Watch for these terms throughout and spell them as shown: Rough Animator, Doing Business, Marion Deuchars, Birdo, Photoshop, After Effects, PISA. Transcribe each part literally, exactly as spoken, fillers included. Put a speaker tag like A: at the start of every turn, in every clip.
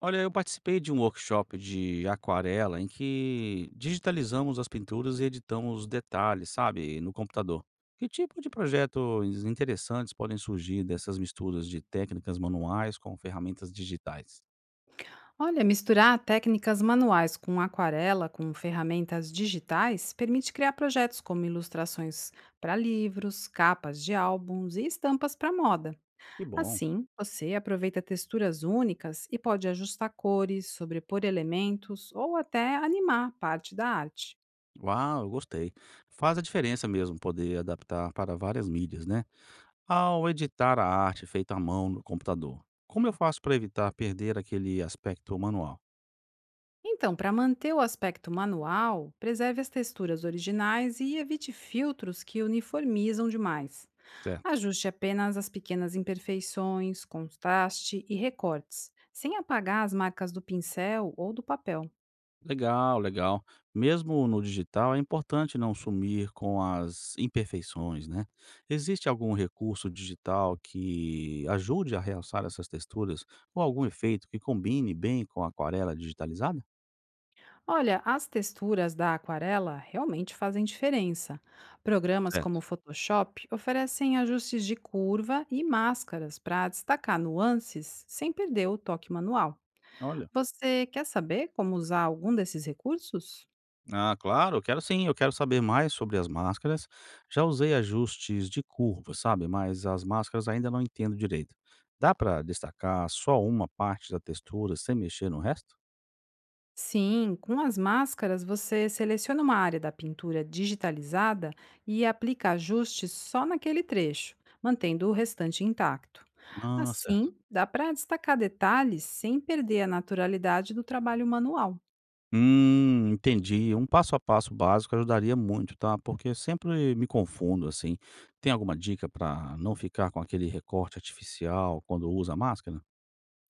A: Olha, eu participei de um workshop de aquarela em que digitalizamos as pinturas e editamos detalhes, sabe, no computador. Que tipo de projetos interessantes podem surgir dessas misturas de técnicas manuais com ferramentas digitais?
B: Olha, misturar técnicas manuais com aquarela, com ferramentas digitais, permite criar projetos como ilustrações para livros, capas de álbuns e estampas para moda.
A: Que bom.
B: Assim, você aproveita texturas únicas e pode ajustar cores, sobrepor elementos ou até animar parte da arte.
A: Uau, eu gostei. Faz a diferença mesmo poder adaptar para várias mídias, né? Ao editar a arte feita à mão no computador, como eu faço para evitar perder aquele aspecto manual?
B: Então, para manter o aspecto manual, preserve as texturas originais e evite filtros que uniformizam demais.
A: Certo.
B: Ajuste apenas as pequenas imperfeições, contraste e recortes, sem apagar as marcas do pincel ou do papel.
A: Legal, legal. Mesmo no digital, é importante não sumir com as imperfeições, né? Existe algum recurso digital que ajude a realçar essas texturas ou algum efeito que combine bem com a aquarela digitalizada?
B: Olha, as texturas da aquarela realmente fazem diferença. Programas como o
A: Certo.
B: Photoshop oferecem ajustes de curva e máscaras para destacar nuances sem perder o toque manual.
A: Olha.
B: Você quer saber como usar algum desses recursos?
A: Ah, claro, eu quero sim, eu quero saber mais sobre as máscaras. Já usei ajustes de curva, sabe? Mas as máscaras ainda não entendo direito. Dá para destacar só uma parte da textura sem mexer no resto?
B: Sim, com as máscaras você seleciona uma área da pintura digitalizada e aplica ajustes só naquele trecho, mantendo o restante intacto.
A: Ah, certo.
B: Assim, dá para destacar detalhes sem perder a naturalidade do trabalho manual.
A: Hum, entendi. Um passo a passo básico ajudaria muito, tá? Porque eu sempre me confundo assim. Tem alguma dica para não ficar com aquele recorte artificial quando usa máscara?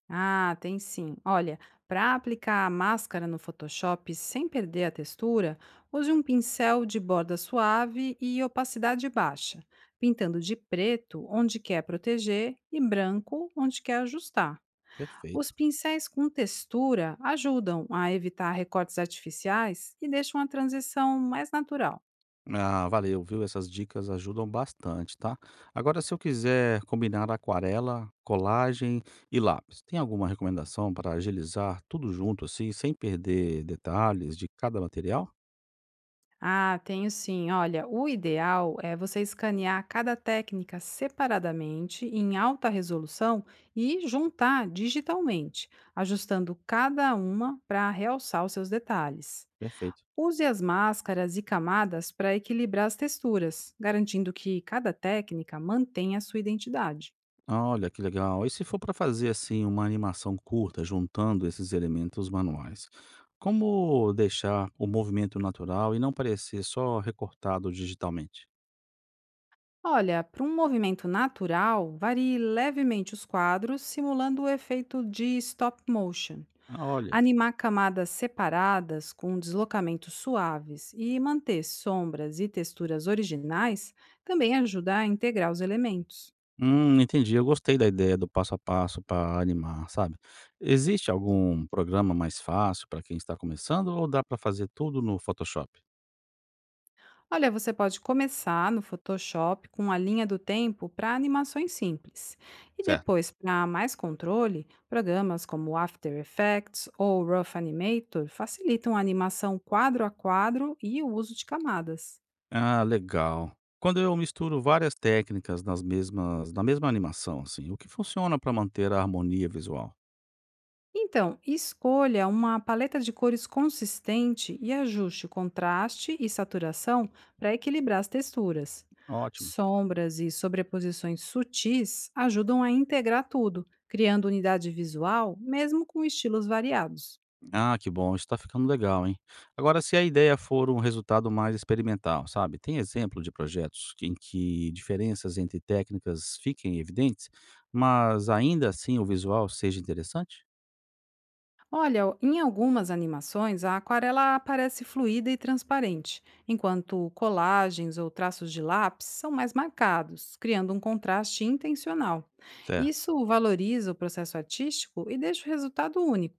B: Ah, tem sim. Olha, para aplicar a máscara no Photoshop sem perder a textura, use um pincel de borda suave e opacidade baixa, pintando de preto onde quer proteger e branco onde quer ajustar. Os
A: Perfeito.
B: pincéis com textura ajudam a evitar recortes artificiais e deixam a transição mais natural.
A: Ah, valeu, viu? Essas dicas ajudam bastante, tá? Agora, se eu quiser combinar aquarela, colagem e lápis, tem alguma recomendação para agilizar tudo junto assim, sem perder detalhes de cada material?
B: Ah, tenho sim. Olha, o ideal é você escanear cada técnica separadamente, em alta resolução, e juntar digitalmente, ajustando cada uma para realçar os seus detalhes.
A: Perfeito.
B: Use as máscaras e camadas para equilibrar as texturas, garantindo que cada técnica mantenha a sua identidade.
A: Olha, que legal. E se for para fazer assim uma animação curta juntando esses elementos manuais, como deixar o movimento natural e não parecer só recortado digitalmente?
B: Olha, para um movimento natural, varie levemente os quadros, simulando o efeito de stop motion.
A: Ah, Olha,
B: Animar camadas separadas com deslocamentos suaves e manter sombras e texturas originais também ajuda a integrar os elementos.
A: hum, entendi. Eu gostei da ideia do passo a passo para animar, sabe? Existe algum programa mais fácil para quem está começando ou dá para fazer tudo no Photoshop?
B: Olha, você pode começar no Photoshop com a linha do tempo para animações simples. E
A: Certo.
B: depois, para mais controle, programas como After Effects ou Rough Animator facilitam a animação quadro a quadro e o uso de camadas.
A: Ah, legal. Quando eu misturo várias técnicas nas mesmas, na mesma animação, assim, o que funciona para manter a harmonia visual?
B: Então, escolha uma paleta de cores consistente e ajuste o contraste e saturação para equilibrar as texturas.
A: Ótimo.
B: Sombras e sobreposições sutis ajudam a integrar tudo, criando unidade visual, mesmo com estilos variados.
A: Ah, que bom, isso tá ficando legal, hein. Agora se a ideia for um resultado mais experimental, sabe, tem exemplo de projetos que- em que diferenças entre técnicas fiquem evidentes, mas ainda assim o visual seja interessante?
B: Olha, o- em algumas animações, a aquarela aparece fluida e transparente, enquanto colagens ou traços de lápis são mais marcados, criando um contraste intencional.
A: Certo,
B: Isso valoriza o processo artístico e deixa o resultado único.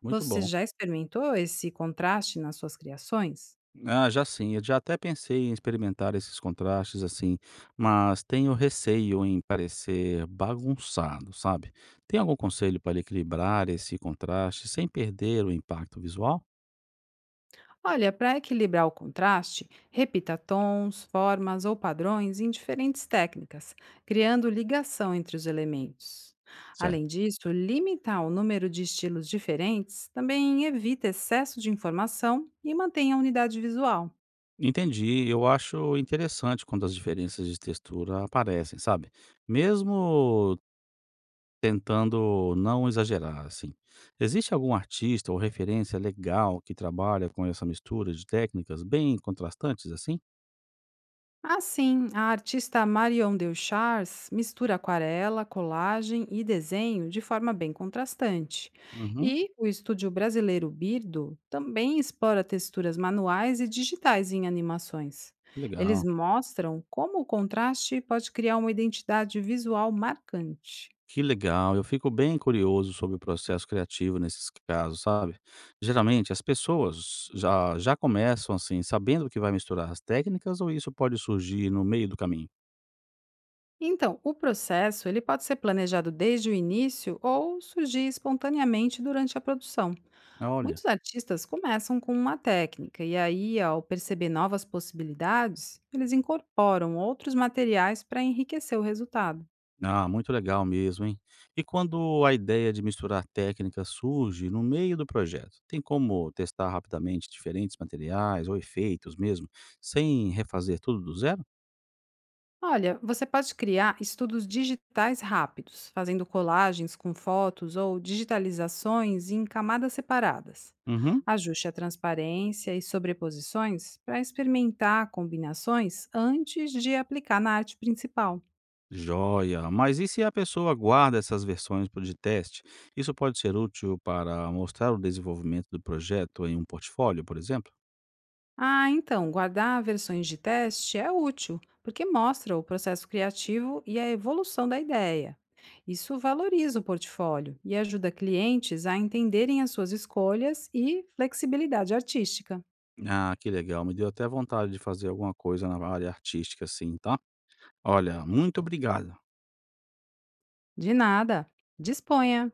A: muito
B: Você
A: bom.
B: já experimentou esse contraste nas suas criações?
A: Ah, já sim, eu já até pensei em experimentar esses contrastes assim, mas tenho receio em parecer bagunçado, sabe. Tem algum conselho para equilibrar esse contraste sem perder o impacto visual?
B: Olha, para equilibrar o contraste, repita tons, formas ou padrões em diferentes técnicas, criando ligação entre os elementos.
A: Certo.
B: Além disso, limitar o número de estilos diferentes também evita excesso de informação e mantém a unidade visual.
A: Entendi. Eu acho interessante quando as diferenças de textura aparecem, sabe? Mesmo tentando não exagerar, assim. Existe algum artista ou referência legal que trabalha com essa mistura de técnicas bem contrastantes, assim?
B: Ah, sim, a artista Marion Deuchars mistura aquarela, colagem e desenho de forma bem contrastante.
A: Uhum.
B: E o estúdio brasileiro Birdo também explora texturas manuais e digitais em animações.
A: Que
B: Eles
A: legal.
B: mostram como o contraste pode criar uma identidade visual marcante.
A: Que legal. Eu fico bem curioso sobre o processo criativo nesses casos, sabe? Geralmente as pessoas já, já começam assim, sabendo que vai misturar as técnicas ou isso pode surgir no meio do caminho?
B: Então, o processo ele pode ser planejado desde o início ou surgir espontaneamente durante a produção.
A: Olha.
B: Muitos artistas começam com uma técnica e aí, ao perceber novas possibilidades, eles incorporam outros materiais para enriquecer o resultado.
A: Ah, muito legal mesmo, hein? E quando a ideia de misturar técnicas surge no meio do projeto, tem como testar rapidamente diferentes materiais ou efeitos mesmo, sem refazer tudo do zero?
B: Olha, você pode criar estudos digitais rápidos, fazendo colagens com fotos ou digitalizações em camadas separadas.
A: Uhum.
B: Ajuste a transparência e sobreposições para experimentar combinações antes de aplicar na arte principal.
A: Joia. Mas e se a pessoa guarda essas versões pro- de teste? Isso pode ser útil para mostrar o desenvolvimento do projeto em um portfólio, por exemplo?
B: Ah, então, guardar versões de teste é útil, porque mostra o processo criativo e a evolução da ideia. Isso valoriza o portfólio e ajuda clientes a entenderem as suas escolhas e flexibilidade artística.
A: Ah, que legal, me deu até vontade de fazer alguma coisa na área artística, assim, tá. Olha, muito obrigado.
B: De nada, disponha!